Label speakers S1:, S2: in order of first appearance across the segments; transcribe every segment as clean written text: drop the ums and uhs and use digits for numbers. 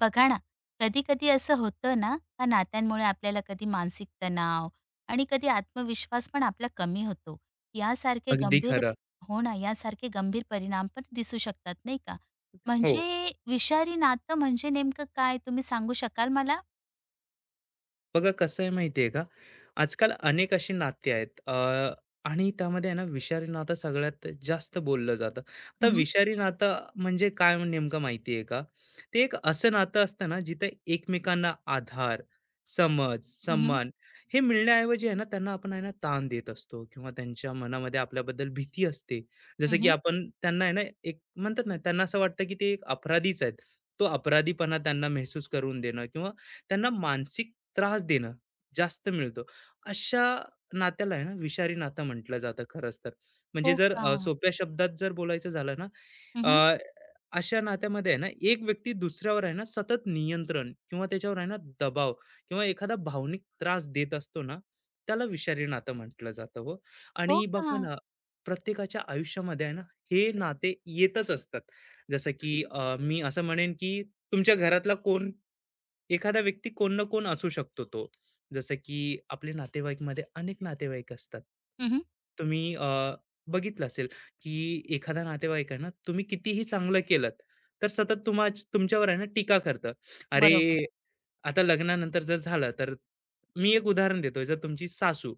S1: बघा ना, कधी-कधी असं होतं ना, का नात्यांमुळे आपल्याला कधी मानसिक तणाव आणि कधी आत्मविश्वास पण आपला कमी होतो. यासारखे
S2: अगदी
S1: गंभीर
S2: खरं.
S1: हो ना, यासारखे गंभीर परिणाम पण दिसू शकतात, नाही का?
S2: हो.
S1: म्हणजे विषारी नातं म्हणजे नेमकं काय तुम्ही सांगू शकाल मला?
S2: बघा कसं आहे माहिती आहे का, आजकाल अनेक अशी नाती आहेत आणि त्यामध्ये आहे ना विषारी नातं सगळ्यात जास्त बोललं जातं. आता
S1: हं, हं.
S2: विषारी नातं म्हणजे काय नेमकं माहिती का? ते एक असं नातं असतं ना जिथे एकमेकांना आधार, समज,
S1: हं,
S2: सन्मान हे मिळण्याऐवजी आहे ना त्यांना आपण आहे ना ताण देत असतो किंवा त्यांच्या मनामध्ये आपल्याबद्दल भीती असते. जसं की आपण त्यांना आहे ना एक म्हणतात ना त्यांना असं वाटतं की ते एक अपराधीच आहेत. तो अपराधीपणा त्यांना महसूस करून देणं किंवा त्यांना मानसिक त्रास देणं जास्त मिळतो. अशा नात्याला आहे ना विषारी नातं म्हटलं जातं खरंच तर. म्हणजे
S1: हो
S2: जर
S1: का?
S2: सोप्या शब्दात जर बोलायचं झालं ना,
S1: हं,
S2: अ, अशा नात्यामध्ये आहे ना एक व्यक्ती दुसऱ्यावर आहे ना सतत नियंत्रण किंवा त्याच्यावर आहे ना दबाव किंवा एखादा भावनिक त्रास देत असतो ना, त्याला विषारी नातं म्हटलं जातं हो.
S1: हो
S2: आणि बघा
S1: का?
S2: ना, प्रत्येकाच्या आयुष्यामध्ये आहे ना हे नाते येतच असतात. जसं की मी असं म्हणेन की तुमच्या घरातला कोण एखादा व्यक्ती कोण ना कोण असू शकतो तो जसं की आपले नातेवाईकमध्ये अनेक नातेवाईक असतात
S1: हं, हं.
S2: तुम्ही बघितलं असेल की एखादा नातेवाईक आहे ना तुम्ही कितीही चांगलं केलं तर सतत तुमच्यावर आहे ना टीका करतं अरे
S1: बरोबर,
S2: आता लग्नानंतर जर झालं तर मी एक उदाहरण देतोय जर तुमची सासू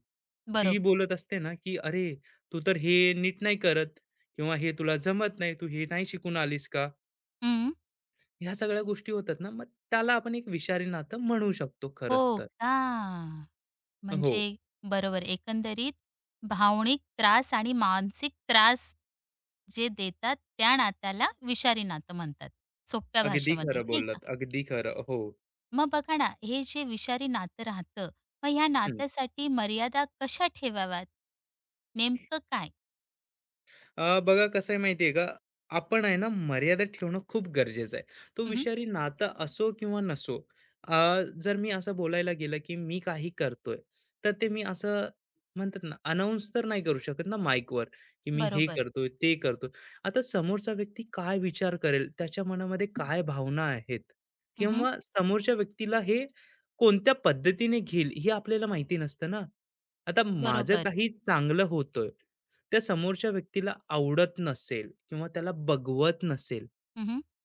S2: ती
S1: बरोबर.
S2: बोलत असते ना की अरे तू तर हे नीट नाही करत किंवा हे तुला जमत नाही तू हे नाही शिकून आलीस का
S1: हं.
S2: ह्या सगळ्या गोष्टी होतात ना, मग त्याला आपण एक विषारी नातं म्हणू शकतो खरंच
S1: हो
S2: तर.
S1: का?
S2: हो,
S1: म्हणजे बरोबर एकंदरीत भावनिक त्रास आणि मानसिक त्रास जे देतात त्या नात्याला विषारी नातं म्हणतात सोप्या
S2: अगदी
S1: भाषेमध्ये
S2: खरं
S1: नाही का.
S2: बोललात, अगदी खरं. हो.
S1: मग बघा ना, हे जे विषारी नातं राहतं मग ह्या
S2: हं.
S1: नात्यासाठी मर्यादा कशा ठेवाव्यात नेमकं काय.
S2: बघा कसं आहे माहिती का आपण आहे ना मर्यादा ठेवणं खूप गरजेचं आहे तो
S1: उम्हम,
S2: विषारी नातं असो किंवा नसो अ, जर मी असं बोलायला गेलं की मी काही करतोय तर ते मी असं म्हणतात ना अनाऊन्स तर नाही करू शकत ना माईकवर की मी हे
S1: बरोबर.
S2: करतोय ते करतोय आता समोरचा व्यक्ती काय विचार करेल त्याच्या मनामध्ये काय भावना आहेत
S1: उम्हम,
S2: किंवा समोरच्या व्यक्तीला हे कोणत्या पद्धतीने घेईल हे आपल्याला माहिती नसतं ना आता माझं
S1: बरोबर.
S2: काही चांगलं होतंय त्या समोरच्या व्यक्तीला आवडत नसेल किंवा त्याला बघवत नसेल,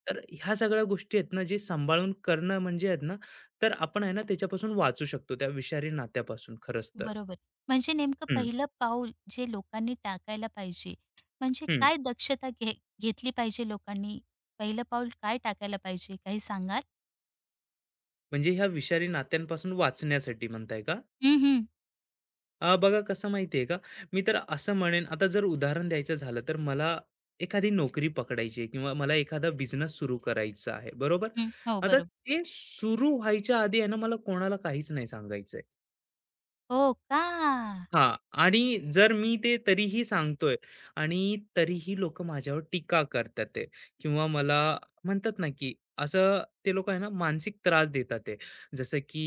S2: तर ह्या सगळ्या गोष्टी आहेत ना, जे सांभाळून करणं म्हणजे आहेत ना, तर आपण आहे ना त्याच्यापासून वाचू शकतो, त्या विषारी नात्यापासून खरंच तर.
S1: बरोबर. म्हणजे नेमकं
S2: हं,
S1: पहिलं पाऊल जे लोकांनी टाकायला पाहिजे, म्हणजे
S2: हं.
S1: काय दक्षता घेतली पाहिजे लोकांनी? पहिलं पाऊल काय टाकायला पाहिजे, काही सांगाल?
S2: म्हणजे ह्या विषारी नात्यांपासून वाचण्यासाठी म्हणताय का?
S1: हं, हं.
S2: बघा कसं माहिती आहे का, मी तर असं म्हणेन आता जर उदाहरण द्यायचं झालं, तर मला एखादी नोकरी पकडायची आहे किंवा मला एखादा बिझनेस सुरू करायचा आहे, बरोबर?
S1: हं. हो,
S2: आता
S1: बरोबर.
S2: ते सुरू व्हायच्या आधी आहे ना, मला कोणाला काहीच नाही सांगायचंय.
S1: हो का?
S2: हां. आणि जर मी ते तरीही सांगतोय आणि तरीही लोकं माझ्यावर टीका करतात आहे किंवा मला म्हणतात ना, की असं ते लोकं आहे ना, मानसिक त्रास देतात आहे. जसं की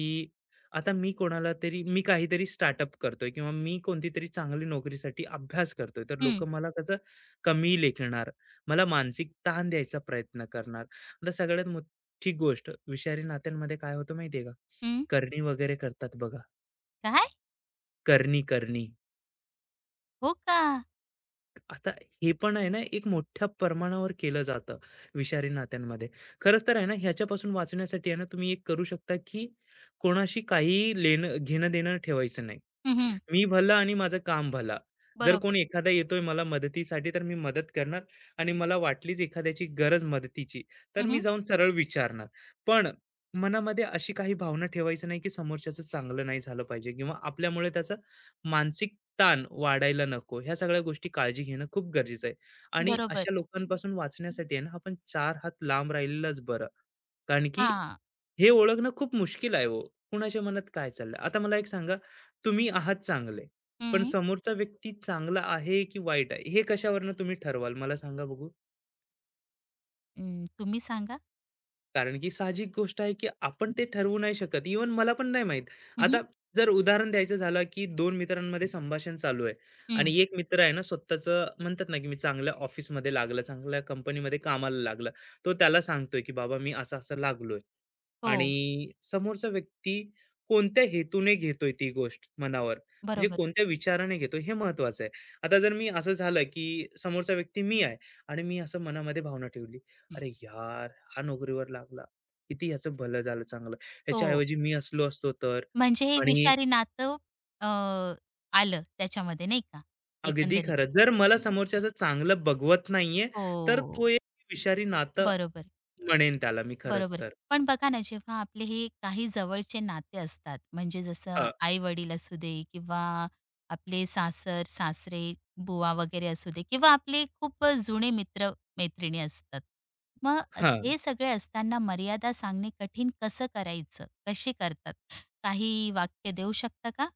S2: आता मी कोणाला तरी मी काहीतरी स्टार्टअप करतोय किंवा मी कोणतीतरी चांगली नोकरीसाठी अभ्यास करतोय, तर लोक
S1: हं,
S2: मला कसं कमी लेखणार, मला मानसिक ताण द्यायचा प्रयत्न करणार. आता सगळ्यात मोठी गोष्ट विषारी नात्यांमध्ये काय होतं माहिती का?
S1: हं.
S2: करणी वगैरे करतात बघा,
S1: काय?
S2: करणी, करणी.
S1: हो का?
S2: आता हे पण आहे ना एक मोठ्या प्रमाणावर केलं जातं विषारी नात्यांमध्ये. खरंच तर आहे ना ह्याच्यापासून वाचण्यासाठी आहे ना तुम्ही एक करू शकता की कोणाशी काही लेणं घेणं-देणं ठेवायचं नाही.
S1: हं, हं.
S2: मी भला आणि माझं काम भला. जर
S1: बरोबर.
S2: कोणी एखादा येतोय मला मदतीसाठी तर मी मदत करणार आणि मला वाटलीच एखाद्याची गरज मदतीची, तर
S1: हं,
S2: मी
S1: हं.
S2: जाऊन सरळ विचारणार. पण मनामध्ये अशी काही भावना ठेवायची नाही, की समोरच्याचं चांगलं नाही झालं पाहिजे किंवा आपल्यामुळे त्याचा मानसिक ताण वाढायला नको. ह्या सगळ्या गोष्टी काळजी घेणं खूप गरजेचं आहे आणि
S1: बरोबर.
S2: अशा लोकांपासून वाचण्यासाठी आहे ना, आपण 4 हात लांब राहिलेलंच बरं. कारण की
S1: हां.
S2: हे ओळखणं खूप मुश्किल आहे हो. कुणाच्या मनात काय चाललंय? आता मला एक सांगा तुम्ही आहात चांगले, पण
S1: हं.
S2: समोरचा व्यक्ती चांगला आहे की वाईट आहे हे कशावरनं तुम्ही ठरवाल मला सांगा बघू?
S1: तुम्ही सांगा?
S2: कारण की साहजिक गोष्ट आहे की आपण ते ठरवू नाही शकत. इव्हन मला पण नाही माहीत.
S1: हं, हं.
S2: आता जर उदाहरण द्यायचं झालं, की दोन मित्रांमध्ये संभाषण चालू आहे
S1: हं.
S2: आणि एक मित्र आहे ना स्वतःचं म्हणतात ना, की मी चांगल्या ऑफिसमध्ये लागलं, चांगल्या कंपनीमध्ये कामाला लागलं. तो त्याला सांगतोय, की "बाबा मी असं-असं लागलोय"
S1: हो,
S2: आणि समोरचा व्यक्ती कोणत्या हेतूने घेतोय ती गोष्ट मनावर, म्हणजे
S1: बरोबर.
S2: कोणत्या विचाराने घेतोय हे महत्त्वाचं आहे. आता जर मी असं झालं, की समोरचा व्यक्ती मी आहे आणि मी असं मनामध्ये भावना ठेवली, "अरे यार! हा नोकरीवर लागला. किती ह्याचं भलं झालं चांगलं.
S1: हो,
S2: ह्याच्याऐवजी मी असलो असतो तर.
S1: म्हणजे हे
S2: आणि
S1: विषारी नातं अ, आलं त्याच्यामध्ये नाही का
S2: अगदी
S1: एकंदरीत?
S2: खरं जर मला समोरच्याचं चांगलं बघवत नाहीये, तर तो
S1: हो.
S2: एक विषारी नातं
S1: बरोबर,
S2: म्हणेन त्याला मी खरंच
S1: बरोबर.
S2: तर.
S1: पण बघा ना, जेव्हा आपले हे काही जवळचे नाते असतात, म्हणजे जसं
S2: हं,
S1: आई-वडील असू दे किंवा आपले सासर-सासरे, बुवा वगैरे असू दे किंवा आपले खूप जुने मित्र-मैत्रिणी असतात. मग
S2: हां.
S1: ते सगळे असताना मर्यादा सांगणे कठीण कसं करायचं? कशी करतात? काही वाक्य देऊ शकता का?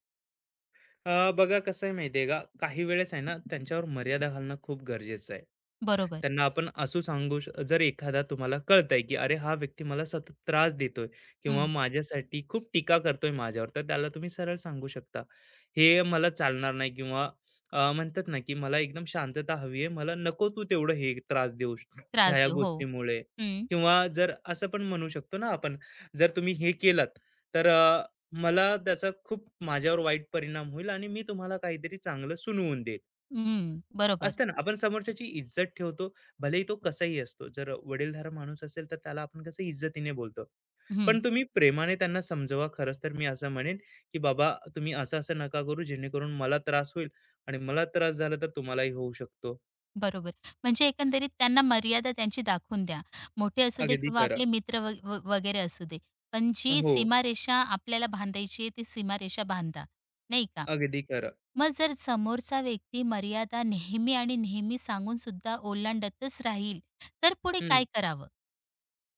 S2: बघा कसं आहे माहितीये का काही वेळेस आहे ना त्यांच्यावर मर्यादा घालणं खूप गरजेचं आहे
S1: बरोबर.
S2: त्यांना आपण असं जर एखादा तुम्हाला कळतंय की अरे हा व्यक्ती मला सतत त्रास देतोय किंवा
S1: हं.
S2: माझ्यासाठी खूप टीका करतोय माझ्यावर तर त्याला तुम्ही सरळ सांगू शकता हे मला चालणार नाही किंवा म्हणतात ना की मला एकदम शांतता हवी आहे मला नको तू तेवढं हे त्रास देऊ ह्या
S1: त्रास
S2: ह्या
S1: देऊ. हो.
S2: गोष्टीमुळे
S1: हं,
S2: किंवा जर असं पण म्हणू शकतो ना आपण जर तुम्ही हे केलं तर मला त्याचा खूप माझ्यावर वाईट परिणाम होईल आणि मी तुम्हाला काहीतरी चांगलं सुनवून देईल.
S1: हं. बरोबर.
S2: असतं ना, आपण समोरच्याची इज्जत ठेवतो. भलेही तो कसाही असतो. जर वडीलधारा माणूस असेल, तर त्याला आपण कसं इज्जतीने बोलतो. पण तुम्ही प्रेमाने त्यांना समजवा. खरंच तर मी असं म्हणेन, की "बाबा, तुम्ही असं-असं नका करू, जेणेकरून मला त्रास होईल आणि मला त्रास झाला तर तुम्हालाही होऊ शकतो."
S1: बरोबर. म्हणजे एकंदरीत त्यांना मर्यादा त्यांची दाखवून द्या. मोठे असू दे
S2: अगदी
S1: किंवा
S2: खरं.
S1: आपले मित्र व व वगैरे असू दे. पण जी
S2: हो,
S1: सीमारेषा आपल्याला बांधायची आहे ती सीमारेषा बांधा, नाही का?
S2: अगदी खरं.
S1: मग जर समोरचा व्यक्ती मर्यादा नेहमी आणि नेहमी सांगून सुद्धा ओलांडतच राहील, तर पुढे काय करावं?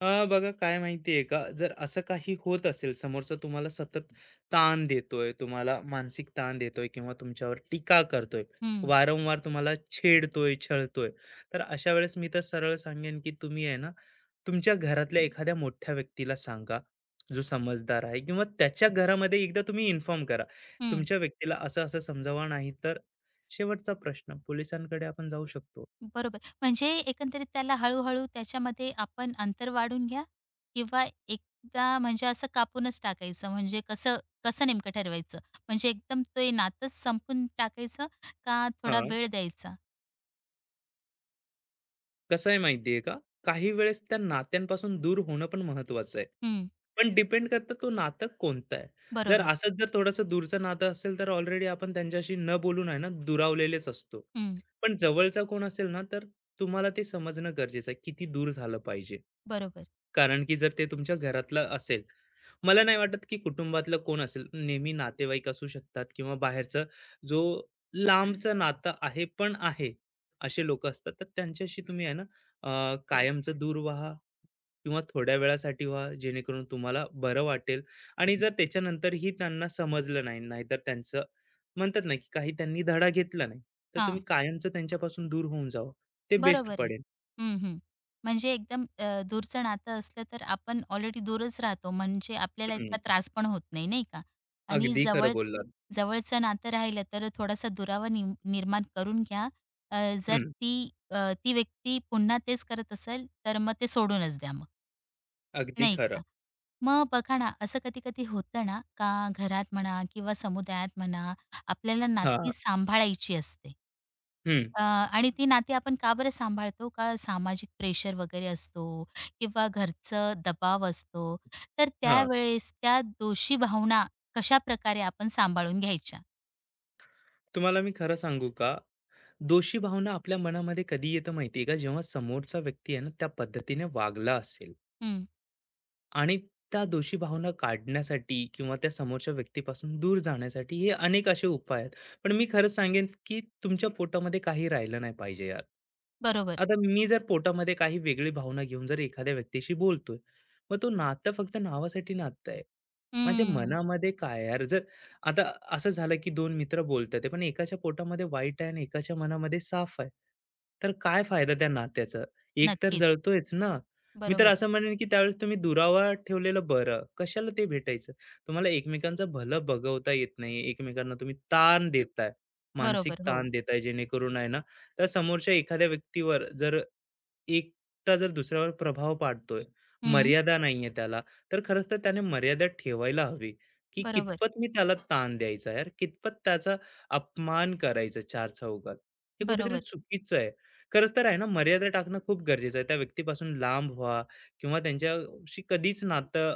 S2: बघा काय माहिती का, जर असं काही होत असेल, समोरचा तुम्हाला सतत ताण देतोय, तुम्हाला मानसिक ताण देतोय किंवा तुमच्यावर टीका करतोय,
S1: हं,
S2: वारंवार तुम्हाला छेडतोय, छळतोय, तर अशा वेळेस मी तर सरळ सांगेन की तुम्ही आहे ना, तुमच्या घरातल्या एखाद्या मोठ्या व्यक्तीला सांगा, जो समजदार आहे किंवा त्याच्या घरामध्ये एकदा तुम्ही इन्फॉर्म करा.
S1: हं.
S2: तुमच्या व्यक्तीला असं-असं समजावा, नाही तर शेवटचा प्रश्न, पोलिसांकडे आपण जाऊ शकतो.
S1: बरोबर. म्हणजे एकंदरीत त्याला हळू-हळू त्याच्यामध्ये आपण अंतर वाढून घ्या किंवा एकदा म्हणजे असं कापूनच टाकायचं. म्हणजे कसं कसं नेमकं ठरवायचं? म्हणजे एकदम ते नातंच संपून टाकायचं का थोडा वेळ द्यायचा?
S2: कसं आहे माहितीये का काही वेळेस त्या नात्यांपासून दूर होणं पण महत्वाचं आहे
S1: हं,
S2: पण डिपेंड करतं तो नातं कोणतं आहे जर
S1: बरोबर.
S2: असंच जर थोडंसं दूरचं नातं असेल तर ऑलरेडी आपण त्यांच्याशी न बोलून आहे ना दुरावलेलेच असतो
S1: हं,
S2: पण जवळचा कोण असेल ना तर तुम्हाला ते समजणं गरजेचं आहे किती दूर झालं पाहिजे
S1: बरोबर.
S2: कारण की जर ते तुमच्या घरातलं असेल, मला नाही वाटत की कुटुंबातलं कोण असेल, नेहमी नातेवाईक असू शकतात किंवा बाहेरचा जो लांबचं नातं आहे, पण आहे, असे लोकं असतात. तर त्यांच्याशी तुम्ही आहे ना कायमचं दूर व्हा किंवा थोड्या वेळासाठी व्हा, जेणेकरून तुम्हाला बरं वाटेल आणि जर त्याच्यानंतरही त्यांना समजलं नाही, नाहीतर त्यांचं म्हणतात ना की काही त्यांनी धडा घेतला नाही, तर तुम्ही
S1: हां.
S2: कायमचं त्यांच्यापासून दूर होऊन जावं. ते बेस्ट
S1: बरोबर आहे.
S2: पडेल.
S1: हं, हं. म्हणजे एकदम दूरचं नातं असलं तर आपण ऑलरेडी दूरच राहतो, म्हणजे आपल्याला
S2: हं,
S1: इतका त्रास पण होत नाही, नाही का? आणि
S2: अगदी खरं
S1: जवळच
S2: बोललात.
S1: जवळचं नातं राहिलं तर थोडासा दुरावा निर्माण करून घ्या. अ, जर
S2: हं,
S1: ती अ, ती व्यक्ती पुन्हा तेच करत असेल, तर मग ते सोडूनच द्या मग,
S2: अगदी
S1: नाही
S2: खरं.
S1: का? मग बघा ना, असं कधी-कधी होतं ना, का घरात म्हणा किंवा समुदायात म्हणा, आपल्याला
S2: हां,
S1: नाती सांभाळायची असते.
S2: हं,
S1: आणि ती नाती आपण का बरं सांभाळतो? का सामाजिक प्रेशर वगैरे असतो किंवा घरचं दबाव असतो. तर
S2: हां.
S1: त्यावेळेस त्या दोषी भावना कशाप्रकारे आपण सांभाळून घ्यायच्या?
S2: तुम्हाला मी खरं सांगू का? दोषी भावना आपल्या मनामध्ये कधी येतं माहिती आहे का? जेव्हा समोरचा व्यक्ती आहे ना, त्या पद्धतीने वागला असेल.
S1: हं,
S2: आणि त्या दोषी भावना काढण्यासाठी किंवा त्या समोरच्या व्यक्तीपासून दूर जाण्यासाठी हे अनेक असे उपाय आहेत. पण मी खरंच सांगेन, की तुमच्या पोटामध्ये काही राहिलं नाही पाहिजे यार.
S1: बरोबर.
S2: आता मी जर पोटामध्ये काही वेगळी भावना घेऊन जर एखाद्या व्यक्तीशी बोलतोय, मग तो नातं फक्त नावासाठी नातं आहे. माझ्या
S1: हं,
S2: मनामध्ये काय यार, जर आता असं झालं, की 2 मित्र बोलतात पण एकाच्या पोटामध्ये वाईट आहे आणि एकाच्या मनामध्ये साफ आहे. तर काय फायदा त्या नात्याचा? एक तर
S1: नक्कीच.
S2: जळतोयच ना. मी तर
S1: बरोबर,
S2: असं म्हणेन की त्यावेळेस तुम्ही दुरावा ठेवलेलं बरं. कशाला ते भेटायचं? तुम्हाला एकमेकांचं भलं बघवता येत नाही. एकमेकांना तुम्ही ताण देताय, मानसिक
S1: बरोबर. हो.
S2: ताण देताय जेणेकरून आहे ना, त्या समोरच्या एखाद्या व्यक्तीवर जर एकटा जर दुसऱ्यावर प्रभाव पाडतोय,
S1: हं,
S2: मर्यादा नाहीये त्याला, तर खरंच तर त्याने मर्यादा ठेवायला हवी, की
S1: बरोबर,
S2: कितपत मी त्याला ताण द्यायचा यार, कितपत त्याचा अपमान करायचा चार चौघात. हे कुठेतरी
S1: बरोबर,
S2: चुकीचं आहे. खरंच तर आहे ना, मर्यादा टाकणं खूप गरजेचं आहे. त्या व्यक्तीपासून लांब व्हा किंवा त्यांच्याशी कधीच नातं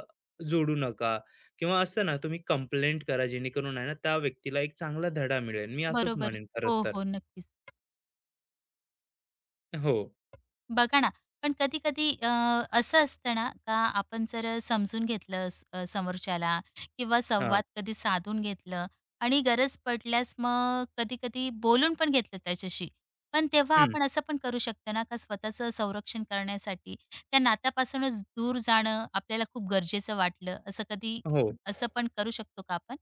S2: जोडू नका किंवा असतं ना, तुम्ही कंप्लेंट करा जेणेकरून आहे ना, त्या व्यक्तीला एक चांगला धडा मिळेल. मी असंच
S1: बरोबर.
S2: म्हणेन खरंच
S1: हो,
S2: तर.
S1: हो. नक्कीच.
S2: हो.
S1: बघा ना, पण कधी-कधी असं असतं ना, का आपण जर समजून घेतलं समोरच्याला किंवा
S2: हां.
S1: संवाद कधी साधून घेतलं आणि गरज पडल्यास मग कधी-कधी बोलून पण घेतलं त्याच्याशी. पण तेव्हा
S2: हं.
S1: आपण असं पण करू शकतो ना, का स्वतःचं संरक्षण करण्यासाठी त्या नात्यापासूनच दूर जाणं आपल्याला खूप गरजेचं वाटलं, असं कधी
S2: हो.
S1: असं पण करू शकतो का आपण?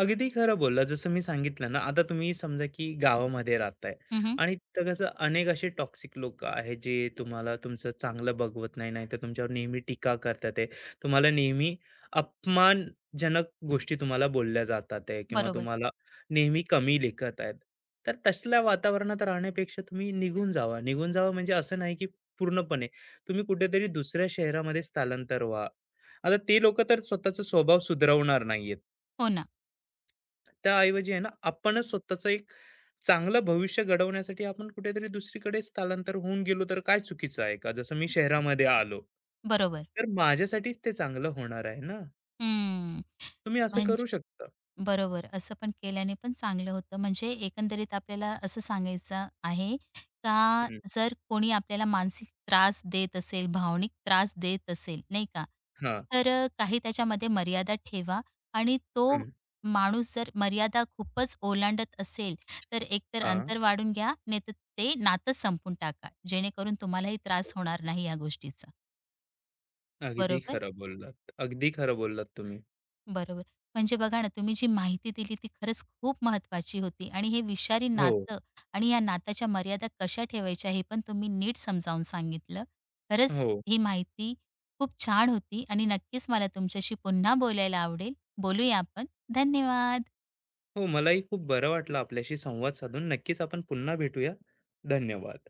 S2: अगदी खरं बोलला. जसं मी सांगितलं ना, आता तुम्ही समजा की गावामध्ये राहताय
S1: हं,
S2: आणि तिथं कसं अनेक असे टॉक्सिक लोकं आहेत, जे तुम्हाला तुमचं चांगलं बघवत नाही, नाहीतर तुमच्यावर नेहमी टीका करतात आहे. तुम्हाला नेहमी अपमानजनक गोष्टी तुम्हाला बोलल्या जातात आहे किंवा
S1: बरोबर.
S2: तुम्हाला नेहमी कमी लेखत आहेत. तर तसल्या वातावरणात राहण्यापेक्षा तुम्ही निघून जावा. निघून जावा म्हणजे असं नाही की पूर्णपणे. तुम्ही कुठेतरी दुसऱ्या शहरामध्ये स्थलांतर व्हा. आता ते लोकं तर स्वतःचा स्वभाव सुधारवणार नाहीयेत.
S1: हो ना.
S2: त्याऐवजी आहे ना, आपणच स्वतःचं एक चांगलं भविष्य घडवण्यासाठी आपण कुठेतरी दुसरीकडे स्थलांतर होऊन गेलो तर काय चुकीचं आहे का? जसं मी शहरामध्ये आलो,
S1: बरोबर.
S2: तर माझ्यासाठीच ते चांगलं होणार आहे ना.
S1: हं.
S2: तुम्ही असं करू शकता.
S1: बरोबर. असं पण केल्याने पण चांगलं होतं. म्हणजे एकंदरीत आपल्याला असं सांगायचं आहे का
S2: हं,
S1: जर कोणी आपल्याला मानसिक त्रास देत असेल, भावनिक त्रास देत असेल, नाही का?
S2: हां,
S1: तर काही त्याच्यामध्ये मर्यादा ठेवा आणि तो
S2: हं,
S1: माणूस जर मर्यादा खूपच ओलांडत असेल, तर एकतर
S2: हां.
S1: अंतर वाढून घ्या, नाहीतर ते नातं संपून टाका. जेणेकरून तुम्हालाही त्रास होणार नाही या गोष्टीचा.
S2: अगदी
S1: बरोबर?
S2: खरं बोललात. अगदी खरं बोललात तुम्ही.
S1: बरोबर. म्हणजे बघा ना, तुम्ही जी माहिती दिली ती खरंच खूप महत्त्वाची होती आणि हे विषारी
S2: हो,
S1: नातं आणि या नात्याच्या मर्यादा कशा ठेवायच्या हे पण तुम्ही नीट समजावून सांगितलं. खरंच
S2: हो,
S1: ही माहिती खूप छान होती आणि नक्कीच मला तुमच्याशी पुन्हा बोलायला आवडेल. बोलूया आपण. धन्यवाद.
S2: हो. मलाही खूप बरं वाटलं आपल्याशी संवाद साधून. नक्कीच आपण पुन्हा भेटूया. धन्यवाद.